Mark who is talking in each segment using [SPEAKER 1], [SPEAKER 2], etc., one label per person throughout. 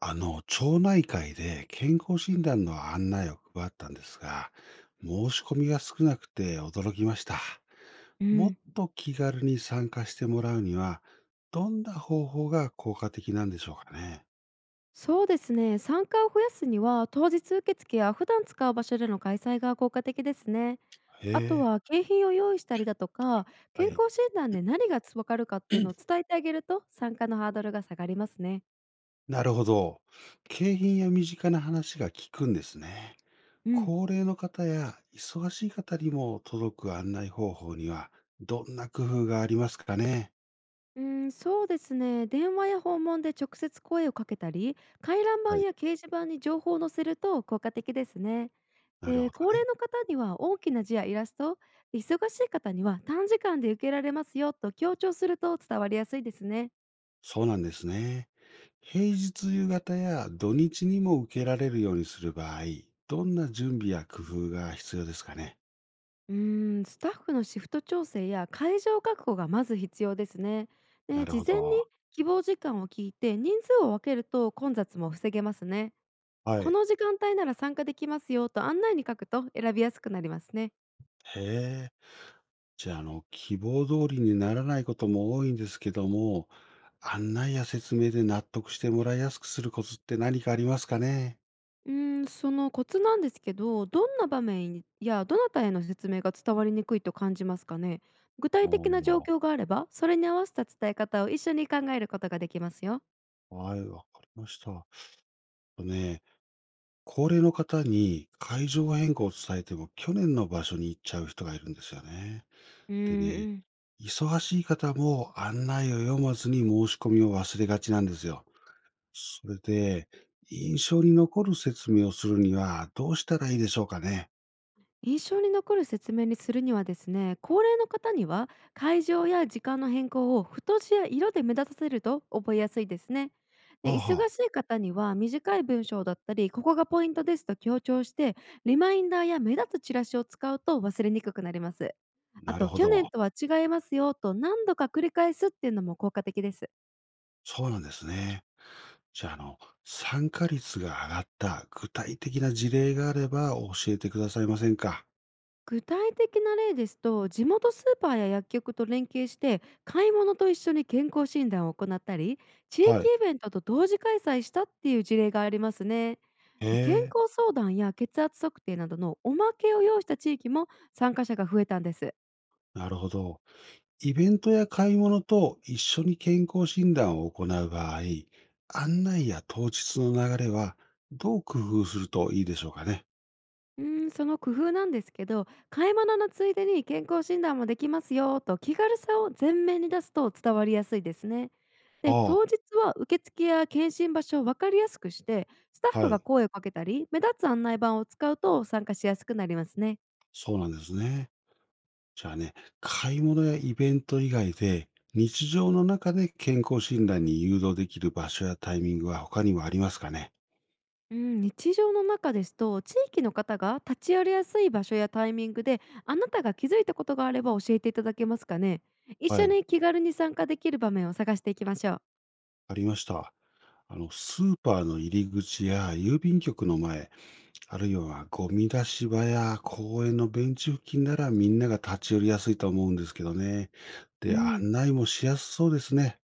[SPEAKER 1] 町内会で健康診断の案内を配ったんですが、申し込みが少なくて驚きました。
[SPEAKER 2] う
[SPEAKER 1] もっ
[SPEAKER 2] ん、
[SPEAKER 1] と気軽に参加してもらうには、どんな方法が効果的なんでしょうかね。
[SPEAKER 2] そうですね。参加を増やすには、当日受付や普段使う場所での開催が効果的ですね。
[SPEAKER 1] へ
[SPEAKER 2] あと
[SPEAKER 1] え、
[SPEAKER 2] は景品を用意したりだとか、
[SPEAKER 1] は
[SPEAKER 2] 健
[SPEAKER 1] い。
[SPEAKER 2] 康診断で何が分かるかっていうのを伝えてあげると、参加のハードルが下がりますね。
[SPEAKER 1] なるほど。景品や身近な話が効くんですね。
[SPEAKER 2] うん
[SPEAKER 1] 高齢の方や忙しい方にも届く案内方法には、どんな工夫がありますかね。
[SPEAKER 2] うん、そうですね。電話や訪問で直接声をかけたり、回覧板
[SPEAKER 1] はい。
[SPEAKER 2] や掲示板に情報を載せると効果的ですね。
[SPEAKER 1] なるほ
[SPEAKER 2] で、高
[SPEAKER 1] どね。
[SPEAKER 2] 齢の方には大きな字やイラスト、忙しい方には短時間で受けられますよと強調すると伝わりやすいですね。
[SPEAKER 1] そうなんですね。平日夕方や土日にも受けられるようにする場合、どんな準備や工夫が必要ですかね？
[SPEAKER 2] うーん、スタッフのシフト調整や会場確保がまず必要ですね。
[SPEAKER 1] な
[SPEAKER 2] で、
[SPEAKER 1] る
[SPEAKER 2] 事
[SPEAKER 1] ほ
[SPEAKER 2] 前に
[SPEAKER 1] ど。
[SPEAKER 2] 希望時間を聞いて人数を分けると混雑も防げますね。
[SPEAKER 1] は
[SPEAKER 2] こ
[SPEAKER 1] い。
[SPEAKER 2] の時間帯なら参加できますよと案内に書くと選びやすくなりますね。
[SPEAKER 1] へえ。じゃあ、希望通りにならないことも多いんですけども、案内や説明で納得してもらいやすくするコツって何かありますかね？
[SPEAKER 2] うーん、そのコツなんですけど、どんな場面やどなたへの説明が伝わりにくいと感じますかね。具体的な状
[SPEAKER 1] お
[SPEAKER 2] 況があれば、それに合わせた伝え方を一緒に考えることができますよ。
[SPEAKER 1] お、はい、わかりました。とね、高齢の方に会場変更を伝えても、去年の場所に行っちゃう人がいるんですよね。
[SPEAKER 2] う
[SPEAKER 1] でね、
[SPEAKER 2] ーん、
[SPEAKER 1] 忙しい方も案内を読まずに申し込みを忘れがちなんですよ。それで、印象に残る説明をするにはどうしたらいいでしょうかね。
[SPEAKER 2] 印象に残る説明にするにはですね、高齢の方には会場や時間の変更を太字や色で目立たせると覚えやすいですね。
[SPEAKER 1] は
[SPEAKER 2] で、
[SPEAKER 1] あは
[SPEAKER 2] 忙
[SPEAKER 1] あ、
[SPEAKER 2] しい方には短い文章だったり、ここがポイントですと強調して、リマインダーや目立つチラシを使うと忘れにくくなります。あ
[SPEAKER 1] なる
[SPEAKER 2] と、
[SPEAKER 1] ほ
[SPEAKER 2] 去年
[SPEAKER 1] ど。
[SPEAKER 2] とは違いますよと何度か繰り返すっていうのも効果的です。
[SPEAKER 1] そうなんですね。じゃあ、参加率が上がった具体的な事例があれば教えてくださいませんか。
[SPEAKER 2] 具体的な例ですと、地元スーパーや薬局と連携して買い物と一緒に健康診断を行ったり、地域
[SPEAKER 1] はい。
[SPEAKER 2] イベントと同時開催したっていう事例がありますね。
[SPEAKER 1] へ
[SPEAKER 2] で、健
[SPEAKER 1] え、
[SPEAKER 2] 康相談や血圧測定などのおまけを要した地域も参加者が増えたんです。
[SPEAKER 1] なるほど。イベントや買い物と一緒に健康診断を行う場合、案内や当日の流れはどう工夫するといいでしょうかね。
[SPEAKER 2] うーん、その工夫なんですけど、買い物のついでに健康診断もできますよと気軽さを前面に出すと伝わりやすいですね。で、当
[SPEAKER 1] あ
[SPEAKER 2] 日は受付や検診場所を分かりやすくして、スタッ
[SPEAKER 1] あ、
[SPEAKER 2] フ
[SPEAKER 1] は
[SPEAKER 2] が
[SPEAKER 1] い。
[SPEAKER 2] 声をかけたり、目立つ案内板を使うと参加しやすくなりますね。
[SPEAKER 1] そうなんですね。じゃあね、買い物やイベント以外で、日常の中で健康診断に誘導できる場所やタイミングは他にもありますかね。
[SPEAKER 2] うん、日常の中ですと、地域の方が立ち寄りやすい場所やタイミングで、あなたが気づいたことがあれば教えていただけますかね。一
[SPEAKER 1] は
[SPEAKER 2] 緒
[SPEAKER 1] い、
[SPEAKER 2] に気軽に参加できる場面を探していきましょう。
[SPEAKER 1] ありました。スーパーの入り口や郵便局の前、あるいはゴミ出し場や公園のベンチ付近ならみんなが立ち寄りやすいと思うんですけどね。
[SPEAKER 2] う
[SPEAKER 1] で、
[SPEAKER 2] ん。
[SPEAKER 1] 案内もしやすそうですね。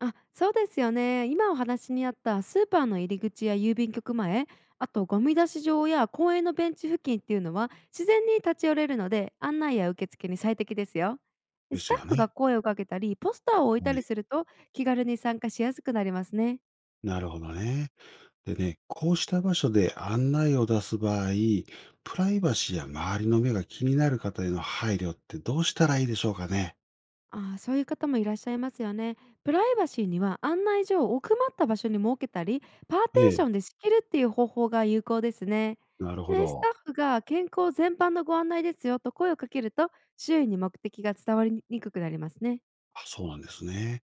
[SPEAKER 2] あ、そうですよね。今お話にあったスーパーの入り口や郵便局前、あとゴミ出し場や公園のベンチ付近っていうのは自然に立ち寄れるので案内や受付に最適ですよ。で、
[SPEAKER 1] で
[SPEAKER 2] ス
[SPEAKER 1] す
[SPEAKER 2] タ
[SPEAKER 1] よ
[SPEAKER 2] ッフ
[SPEAKER 1] ね。
[SPEAKER 2] が声をかけたりポスターを置い
[SPEAKER 1] は
[SPEAKER 2] たり
[SPEAKER 1] い。
[SPEAKER 2] すると、気軽に参加しやすくなりますね。
[SPEAKER 1] なるほどね。でね、こうした場所で案内を出す場合、プライバシーや周りの目が気になる方への配慮ってどうしたらいいでしょうかね。
[SPEAKER 2] ああ、そういう方もいらっしゃいますよね。プライバシーには案内所を奥まった場所に設けたり、パーテ
[SPEAKER 1] え
[SPEAKER 2] ーシ
[SPEAKER 1] え、
[SPEAKER 2] ョンで仕切るっていう方法が有効ですね。
[SPEAKER 1] なるほ
[SPEAKER 2] で、ス
[SPEAKER 1] ど。
[SPEAKER 2] タッフが健康全般のご案内ですよと声をかけると、周囲に目的が伝わりにくくなりますね。
[SPEAKER 1] あそうなんですね。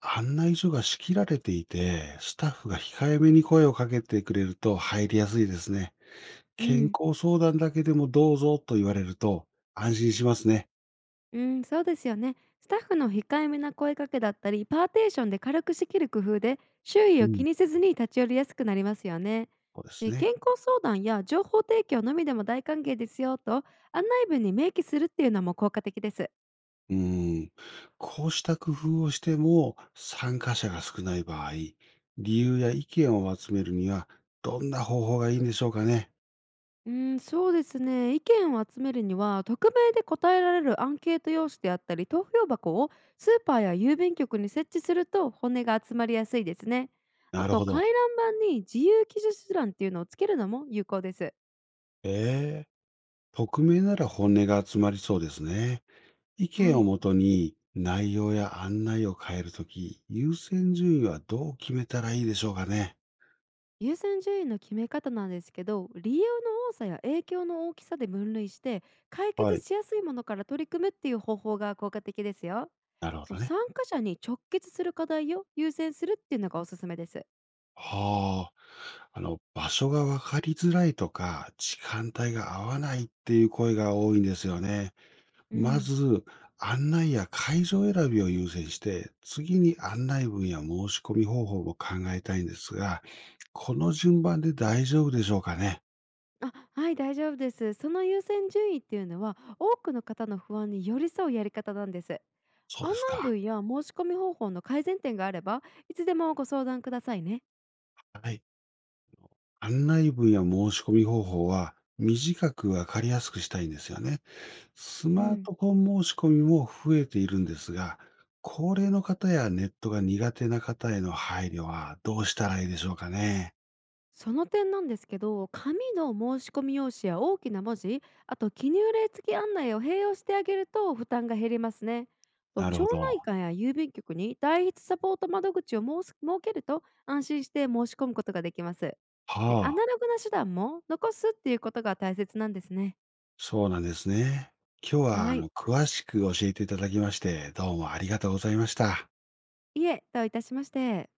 [SPEAKER 1] 案内所が仕切られていて、スタッフが控えめに声をかけてくれると入りやすいですね。
[SPEAKER 2] う
[SPEAKER 1] 健
[SPEAKER 2] ん。
[SPEAKER 1] 康相談だけでもどうぞと言われると安心しますね。
[SPEAKER 2] うん、そうですよね。スタッフの控えめな声かけだったり、パーテーションで軽く仕切る工夫で、周囲
[SPEAKER 1] う
[SPEAKER 2] を
[SPEAKER 1] ん。
[SPEAKER 2] 気にせずに立ち寄りやすくなりますよね。
[SPEAKER 1] そうです
[SPEAKER 2] で、
[SPEAKER 1] ね。
[SPEAKER 2] 健康相談や情報提供のみでも大歓迎ですよと案内文に明記するっていうのも効果的です。
[SPEAKER 1] うん。こうした工夫をしても参加者が少ない場合、理由や意見を集めるにはどんな方法がいいんでしょうかね。
[SPEAKER 2] うん、そうですね。意見を集めるには、匿名で答えられるアンケート用紙であったり、投票箱をスーパーや郵便局に設置すると骨が集まりやすいですね。あ
[SPEAKER 1] なる
[SPEAKER 2] と、
[SPEAKER 1] ほど。
[SPEAKER 2] 回覧板に自由記述欄っていうのをつけるのも有効です。
[SPEAKER 1] ええ匿名なら本音が集まりそうですね。意
[SPEAKER 2] は
[SPEAKER 1] 見を
[SPEAKER 2] い。
[SPEAKER 1] もとに内容や案内を変えるとき、優先順位はどう決めたらいいでしょうかね。
[SPEAKER 2] 優先順位の決め方なんですけど、理由の多さや影響の大きさで分類して、解
[SPEAKER 1] は
[SPEAKER 2] 決
[SPEAKER 1] い。
[SPEAKER 2] しやすいものから取り組むっていう方法が効果的ですよ。
[SPEAKER 1] なるほ
[SPEAKER 2] と、
[SPEAKER 1] どね。
[SPEAKER 2] 参加者に直結する課題を優先するっていうのがおすすめです。
[SPEAKER 1] はあ。場所が分かりづらいとか、時間帯が合わないっていう声が多いんですよね。
[SPEAKER 2] う
[SPEAKER 1] ま
[SPEAKER 2] ん。
[SPEAKER 1] ず、案内や会場選びを優先して、次に案内文や申し込み方法も考えたいんですが、この順番で大丈夫でしょうかね。
[SPEAKER 2] あ、はい、大丈夫です。その優先順位っていうのは、多くの方の不安に寄り添うやり方なんです。
[SPEAKER 1] そう
[SPEAKER 2] 案
[SPEAKER 1] です
[SPEAKER 2] 内
[SPEAKER 1] か。
[SPEAKER 2] 文や申し込み方法の改善点があれば、いつでもご相談くださいね。
[SPEAKER 1] はい。案内文や申し込み方法は、短く分かりやすくしたいんですよね。ス
[SPEAKER 2] う
[SPEAKER 1] マー
[SPEAKER 2] ん。
[SPEAKER 1] トフォン申し込みも増えているんですが、高齢の方やネットが苦手な方への配慮はどうしたらいいでしょうかね。
[SPEAKER 2] その点なんですけど、紙の申し込み用紙や大きな文字、あと記入例付き案内を併用してあげると負担が減りますね。と、
[SPEAKER 1] なる
[SPEAKER 2] 町
[SPEAKER 1] ほど。
[SPEAKER 2] 内会や郵便局に代筆サポート窓口を設けると安心して申し込むことができます。ア
[SPEAKER 1] は
[SPEAKER 2] ナ
[SPEAKER 1] あ、
[SPEAKER 2] ログな手段も残すっていうことが大切なんですね。
[SPEAKER 1] そうなんですね。今日は
[SPEAKER 2] はい。
[SPEAKER 1] 詳しく教えていただきまして、どうもありがとうございました。
[SPEAKER 2] いえ、どういたしまして。